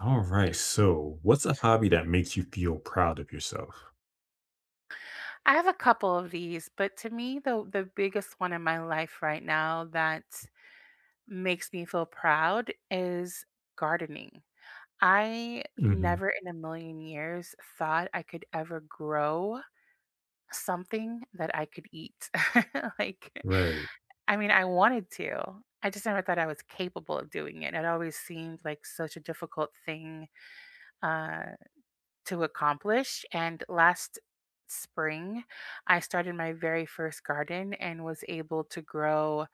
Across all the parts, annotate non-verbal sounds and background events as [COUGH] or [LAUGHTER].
All right. So, what's a hobby that makes you feel proud of yourself? I have a couple of these, but to me, the biggest one in my life right now that makes me feel proud is gardening. I Hmm never in a million years thought I could ever grow something that I could eat. [LAUGHS] Like, Right. I mean, I wanted to. I just never thought I was capable of doing it. It always seemed like such a difficult thing, Uh, to accomplish. And last spring, I started my very first garden and was able to grow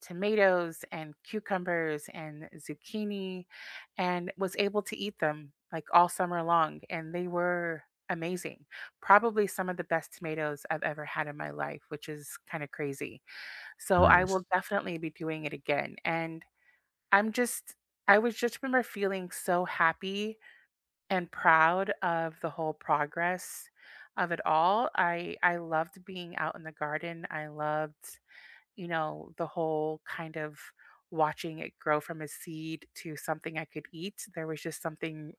tomatoes and cucumbers and zucchini, and was able to eat them like all summer long. And they were amazing. Probably some of the best tomatoes I've ever had in my life, which is kind of crazy. So I will Nice. definitely be doing it again. And I'm just, I was just remember feeling so happy and proud of the whole progress of it all. I loved being out in the garden. I loved the whole kind of watching it grow from a seed to something I could eat. There was just something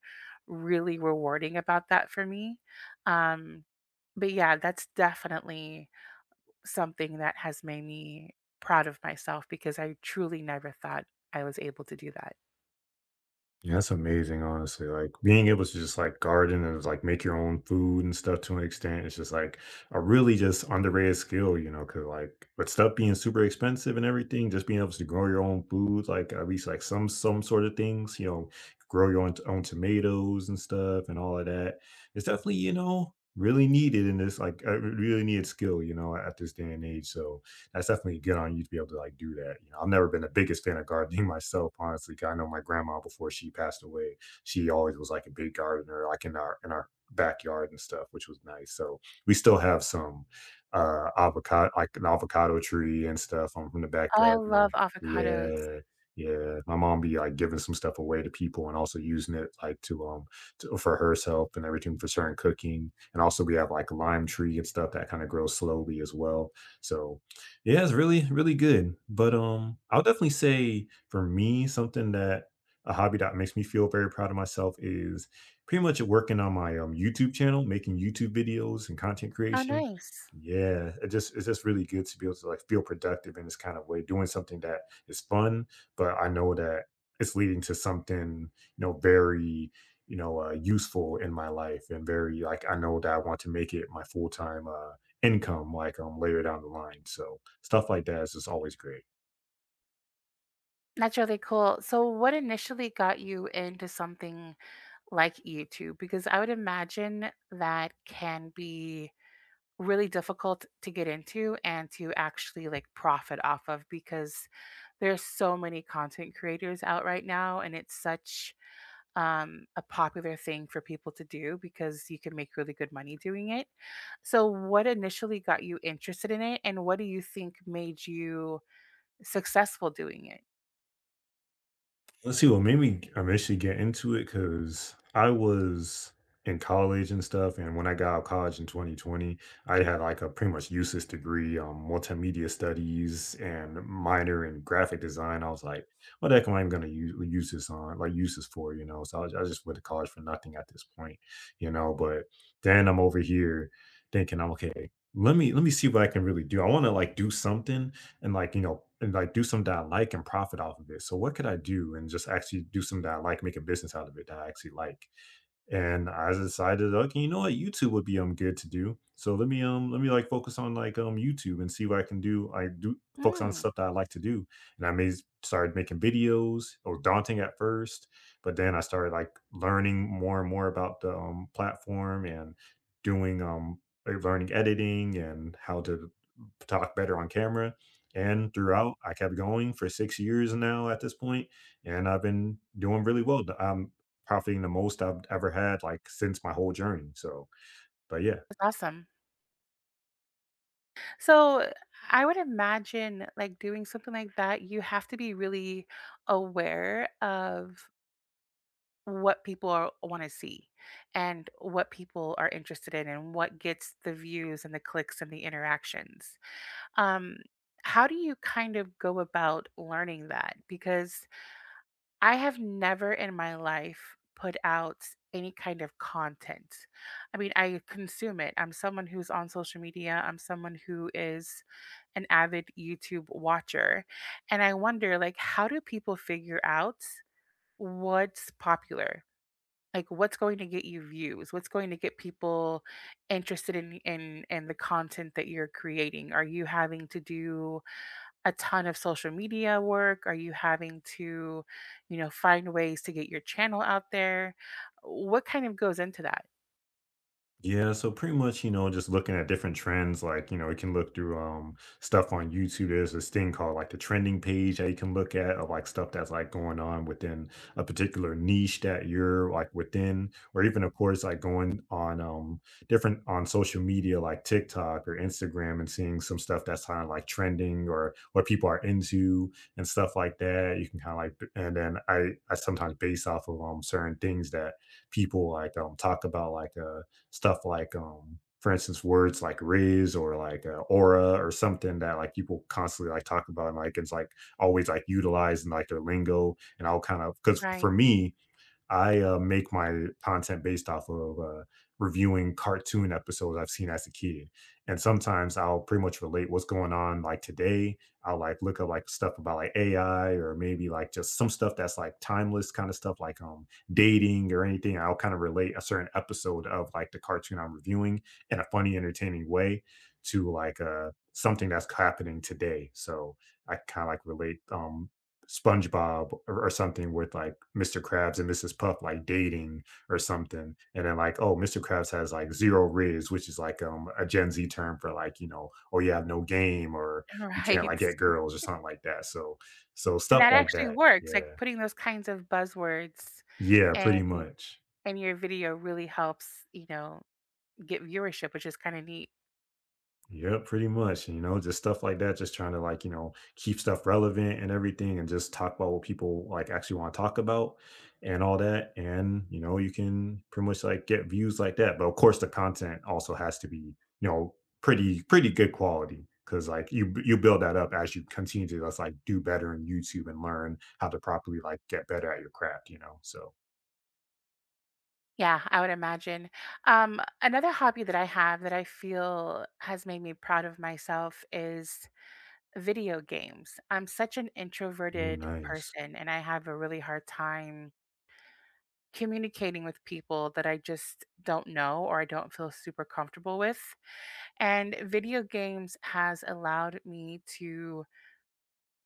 really rewarding about that for me. Um, but yeah, that's definitely something that has made me proud of myself because I truly never thought I was able to do that. Yeah, that's amazing, honestly. Like being able to just like garden and like make your own food and stuff to an extent, it's just like a really just underrated skill, you know, because like with stuff being super expensive and everything, just being able to grow your own food, like at least like some sort of things, you know, grow your own, own tomatoes and stuff and all of that. It's definitely, you know, really needed in this like a really needed skill, you know, at this day and age. So that's definitely good on you to be able to like do that. You know, I've never been the biggest fan of gardening [LAUGHS] myself, honestly. 'Cause I know my grandma before she passed away, she always was like a big gardener, like in our backyard and stuff, which was nice. So we still have some avocado like an avocado tree and stuff on from the Oh, I backyard. And I, love avocados. yeah. Yeah, my mom be like giving some stuff away to people and also using it like to, for herself and everything for certain cooking. And also we have like a lime tree and stuff that kind of grows slowly as well. So yeah, it's really, really good. But I'll definitely say for me, something that a hobby that makes me feel very proud of myself is pretty much working on my YouTube channel, making YouTube videos and content Oh, creation. nice. Yeah, it just it's just really good to be able to like feel productive in this kind of way, doing something that is fun, but I know that it's leading to something, you know, very you know useful in my life and very like I know that I want to make it my full time income like later down the line. So stuff like that is just always great. That's really cool. So, what initially got you into something like YouTube? Because I would imagine that can be really difficult to get into and to actually like profit off of because there's so many content creators out right now, and it's such a popular thing for people to do because you can make really good money doing it. So, what initially got you interested in it and what do you think made you successful doing it? Let's see what made me initially get into it because I was in college and stuff. And when I got out of college in 2020, I had like a pretty much useless degree on multimedia studies and minor in graphic design. I was like, what the heck am I even going to use this on? Like, use this for, you know? So I just went to college for nothing at this point, you know? But then I'm over here thinking, I'm okay, let me see what I can really do. I want to like do something and like you know and like do something that I like and profit off of it, so what could I do and just actually do something that I like, make a business out of it that I actually like. And I decided, okay, you know what, YouTube would be good to do. So let me like focus on like YouTube and see what I can do. I do focus on Mm, stuff that I like to do, and I may started making videos. Or daunting at first, but then I started like learning more and more about the platform and doing like, learning editing and how to talk better on camera. And throughout, I kept going for 6 years now at this point, and I've been doing really well. I probably the most I've ever had like since my whole journey. So, but yeah. that's awesome. So I would imagine like doing something like that, you have to be really aware of what people are want to see and what people are interested in and what gets the views and the clicks and the interactions. Um, how do you kind of go about learning that? Because I have never in my life put out any kind of content. I mean, I consume it. I'm someone who's on social media, I'm someone who is an avid YouTube watcher. And I wonder, like, how do people figure out what's popular? Like what's going to get you views? What's going to get people interested in the content that you're creating? Are you having to do a ton of social media work? Are you having to, you know, find ways to get your channel out there? What kind of goes into that? Yeah, so pretty much, you know, just looking at different trends, like, you know, you can look through stuff on YouTube. There's this thing called like the trending page that you can look at of like stuff that's like going on within a particular niche that you're like within, or even of course like going on different on social media like TikTok or Instagram and seeing some stuff that's kind of like trending or what people are into and stuff like that. You can kind of like and then I sometimes base off of certain things that people like talk about like stuff like for instance words like "raise" or like aura or something that like people constantly like talk about and like it's like always like utilizing like their lingo, and I'll kind of because Right. for me I make my content based off of reviewing cartoon episodes I've seen as a kid, and sometimes I'll pretty much relate what's going on like today. I'll like look up like stuff about like AI or maybe like just some stuff that's like timeless kind of stuff like dating or anything. I'll kind of relate a certain episode of like the cartoon I'm reviewing in a funny, entertaining way to like something that's happening today. So I kind of like relate SpongeBob or something with like Mr. Krabs and Mrs. Puff like dating or something, and then like, oh, Mr. Krabs has like zero riz, which is like a Gen Z term for like you know, oh you have no game or [LAUGHS] you can't Right. like get girls or something like that. So so And stuff that like actually that. works. Like Yeah, putting those kinds of buzzwords yeah, and pretty much. in your video really helps get viewership, which is kind of neat. Yeah, pretty much. You know, just stuff like that, just trying to like, you know, keep stuff relevant and everything and just talk about what people like actually want to talk about and all that. And, you know, you can pretty much like get views like that. But of course the content also has to be, you know, pretty, pretty good quality. Cause like you build that up as you continue to just like do better in YouTube and learn how to properly like get better at your craft, you know. So Yeah, I would imagine. Another hobby that I have that I feel has made me proud of myself is video games. I'm such an ooh, introverted nice. person and I have a really hard time communicating with people that I just don't know or I don't feel super comfortable with. And video games has allowed me to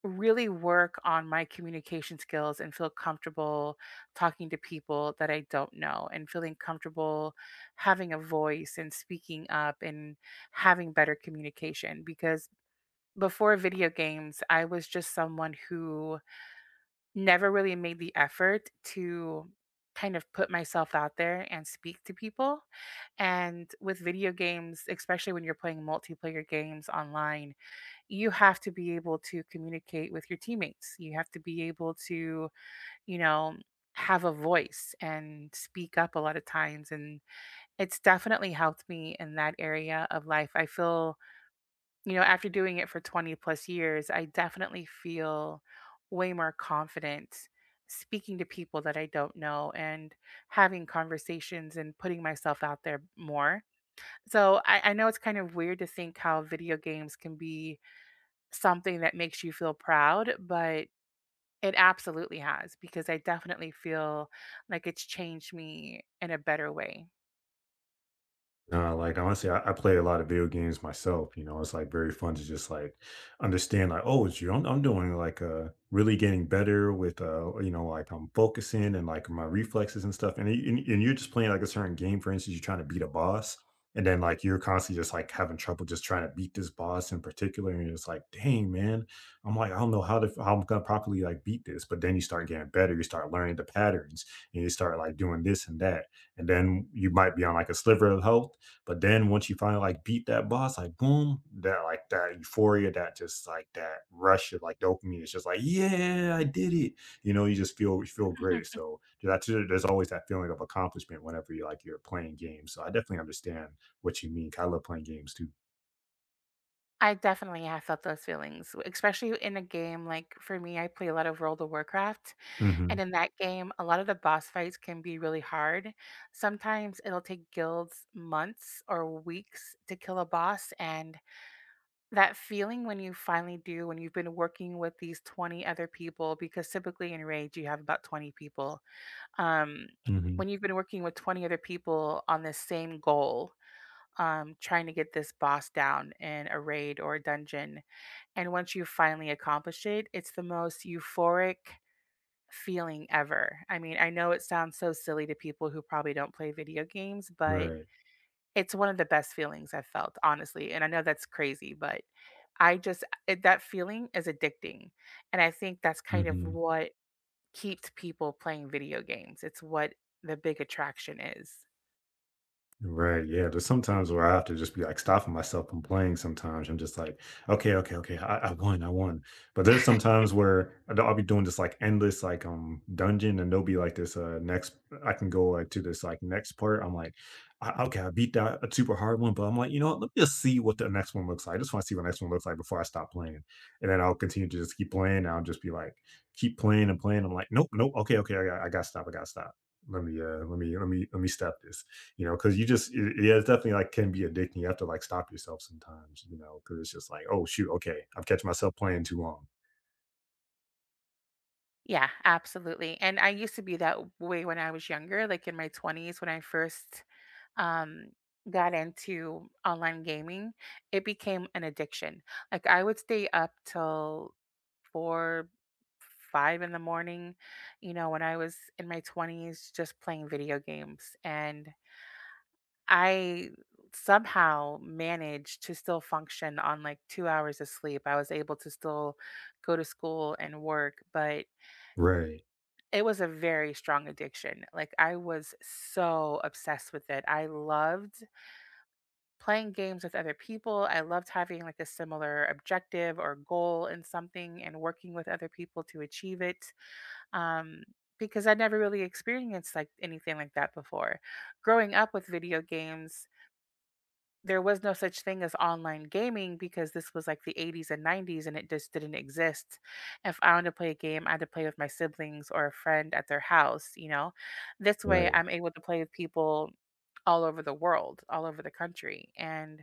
really work on my communication skills and feel comfortable talking to people that I don't know and feeling comfortable having a voice and speaking up and having better communication because before video games, I was just someone who never really made the effort to kind of put myself out there and speak to people. And with video games, especially when you're playing multiplayer games online, you have to be able to communicate with your teammates. You have to be able to, you know, have a voice and speak up a lot of times. And it's definitely helped me in that area of life. I feel after doing it for 20 plus years, I definitely feel way more confident speaking to people that I don't know and having conversations and putting myself out there more. So I know it's kind of weird to think how video games can be something that makes you feel proud, but it absolutely has because I definitely feel like it's changed me in a better way. Nah, like, honestly, I play a lot of video games myself, you know, it's, like, very fun to just, like, understand, like, "Oh, it's you I'm doing, like, really getting better with, you know, like, I'm focusing and, like, my reflexes and stuff," and you and you're just playing, like, a certain game, for instance, you're trying to beat a boss, and then, like, you're constantly just, like, having trouble just trying to beat this boss in particular, and you're just like, "Dang, man." I'm like, "I don't know how I'm gonna properly, like, beat this," but then you start getting better, you start learning the patterns, and you start, like, doing this and that, and then you might be on, like, a sliver of health, but then once you finally like beat that boss, like boom, that like that euphoria, that just like that rush of like dopamine is just like, yeah, I did it. You know, you feel great. [LAUGHS] So that's there's always that feeling of accomplishment whenever you like you're playing games. So I definitely understand what you mean. 'Cause I love playing games too. I definitely have felt those feelings, especially in a game. Like for me, I play a lot of World of Warcraft. Hmm And in that game, a lot of the boss fights can be really hard. Sometimes it'll take guilds months or weeks to kill a boss. And that feeling when you finally do, when you've been working with these 20 other people, because typically in Rage you have about 20 people. Um, hmm when you've been working with 20 other people on this same goal, trying to get this boss down in a raid or a dungeon. And once you finally accomplish it, it's the most euphoric feeling ever. I mean, I know it sounds so silly to people who probably don't play video games, but Right. it's one of the best feelings I've felt, honestly. And I know that's crazy, but That feeling is addicting. And I think that's kind of hmm what keeps people playing video games. It's what the big attraction is. Right. Yeah. There's sometimes where I have to just be like stopping myself from playing sometimes. I'm just like, okay. I won. I won. But there's sometimes where I'll be doing this like endless like dungeon and there'll be like this next I can go like to this like next part. I'm like, okay, I beat that a super hard one, but I'm like, you know what? Let me just see what the next one looks like. I just want to see what the next one looks like before I stop playing. And then I'll continue to just keep playing. And I'll just be like, keep playing and playing. I'm like, nope. Okay. I got I gotta stop. I gotta stop. Let me let me stop this, you know, because yeah, it's definitely like can be addicting. You have to like stop yourself sometimes, you know, because it's just like, oh shoot, okay, I've catch myself playing too long. Yeah, absolutely. And I used to be that way when I was younger, like in my 20s when I first um got into online gaming. It became an addiction. Like, I would stay up till 4, 5 in the morning, you know, when I was in my 20s, just playing video games. And I somehow managed to still function on like 2 hours of sleep. I was able to still go to school and work, but Right. it was a very strong addiction. Like, I was so obsessed with it. I loved playing games with other people. I loved having like a similar objective or goal in something and working with other people to achieve it. Um, because I never really experienced like anything like that before. Growing up with video games, there was no such thing as online gaming because this was like the 80s and 90s, and it just didn't exist. If I wanted to play a game, I had to play with my siblings or a friend at their house. This way Right. I'm able to play with people all over the world, all over the country. And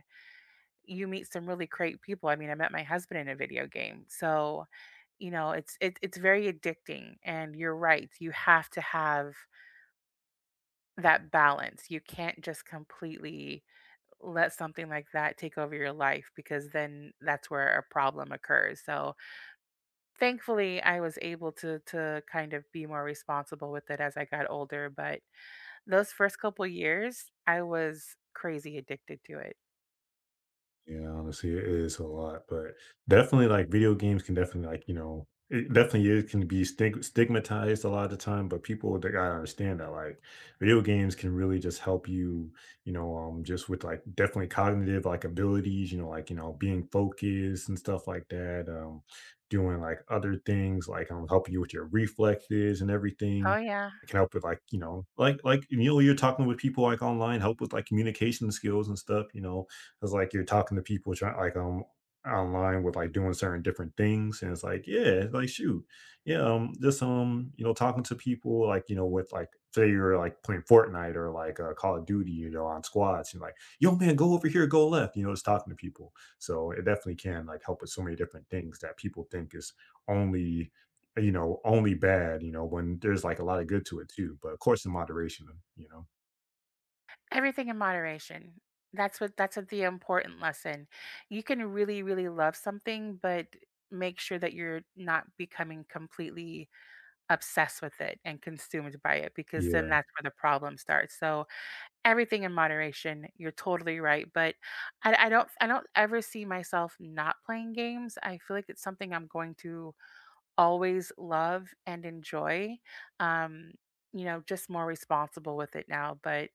you meet some really great people. I mean, I met my husband in a video game. So, you know, it's very addicting, and you're right. You have to have that balance. You can't just completely let something like that take over your life because then that's where a problem occurs. So, thankfully, I was able to kind of be more responsible with it as I got older, but those first couple years, I was crazy addicted to it. Yeah, honestly, it is a lot, but definitely, like, video games can definitely, like, you know, it definitely is can be stigmatized a lot of the time, but people, they gotta understand that, like, video games can really just help you, you know, just with, like, definitely cognitive, like, abilities, you know, like, you know, being focused and stuff like that, doing, like, other things, like, helping you with your reflexes and Oh everything. yeah. It can help with, like, you know, like, you know, you're talking with people, like, online, help with, like, communication skills and stuff, you know? Because like you're talking to people trying like online with like doing certain different things, and it's like yeah, like shoot, yeah, just you know, talking to people like you know with like say you're like playing Fortnite or like Call of Duty, you know, on squads, and like yo man, go over here, go left, you know, just talking to people. So it definitely can like help with so many different things that people think is only, you know, only bad, you know, when there's like a lot of good to it too, but of course in moderation, you know. Everything in moderation. That's what the important lesson. You can really, really love something, but make sure that you're not becoming completely obsessed with it and consumed by it because then Yeah. that's where the problem starts. So everything in moderation, you're totally right. But I don't ever see myself not playing games. I feel like it's something I'm going to always love and enjoy. Um, just more responsible with it now, but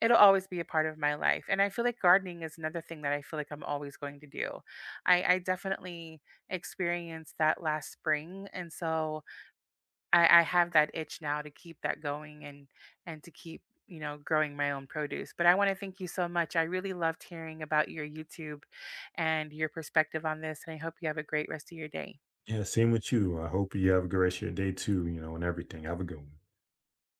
it'll always be a part of my life. And I feel like gardening is another thing that I feel like I'm always going to do. I definitely experienced that last spring. And so I have that itch now to keep that going and to keep growing my own produce. But I want to thank you so much. I really loved hearing about your YouTube and your perspective on this. And I hope you have a great rest of your day. Yeah, same with you. I hope you have a great rest of your day too, you know, and everything. Have a good one.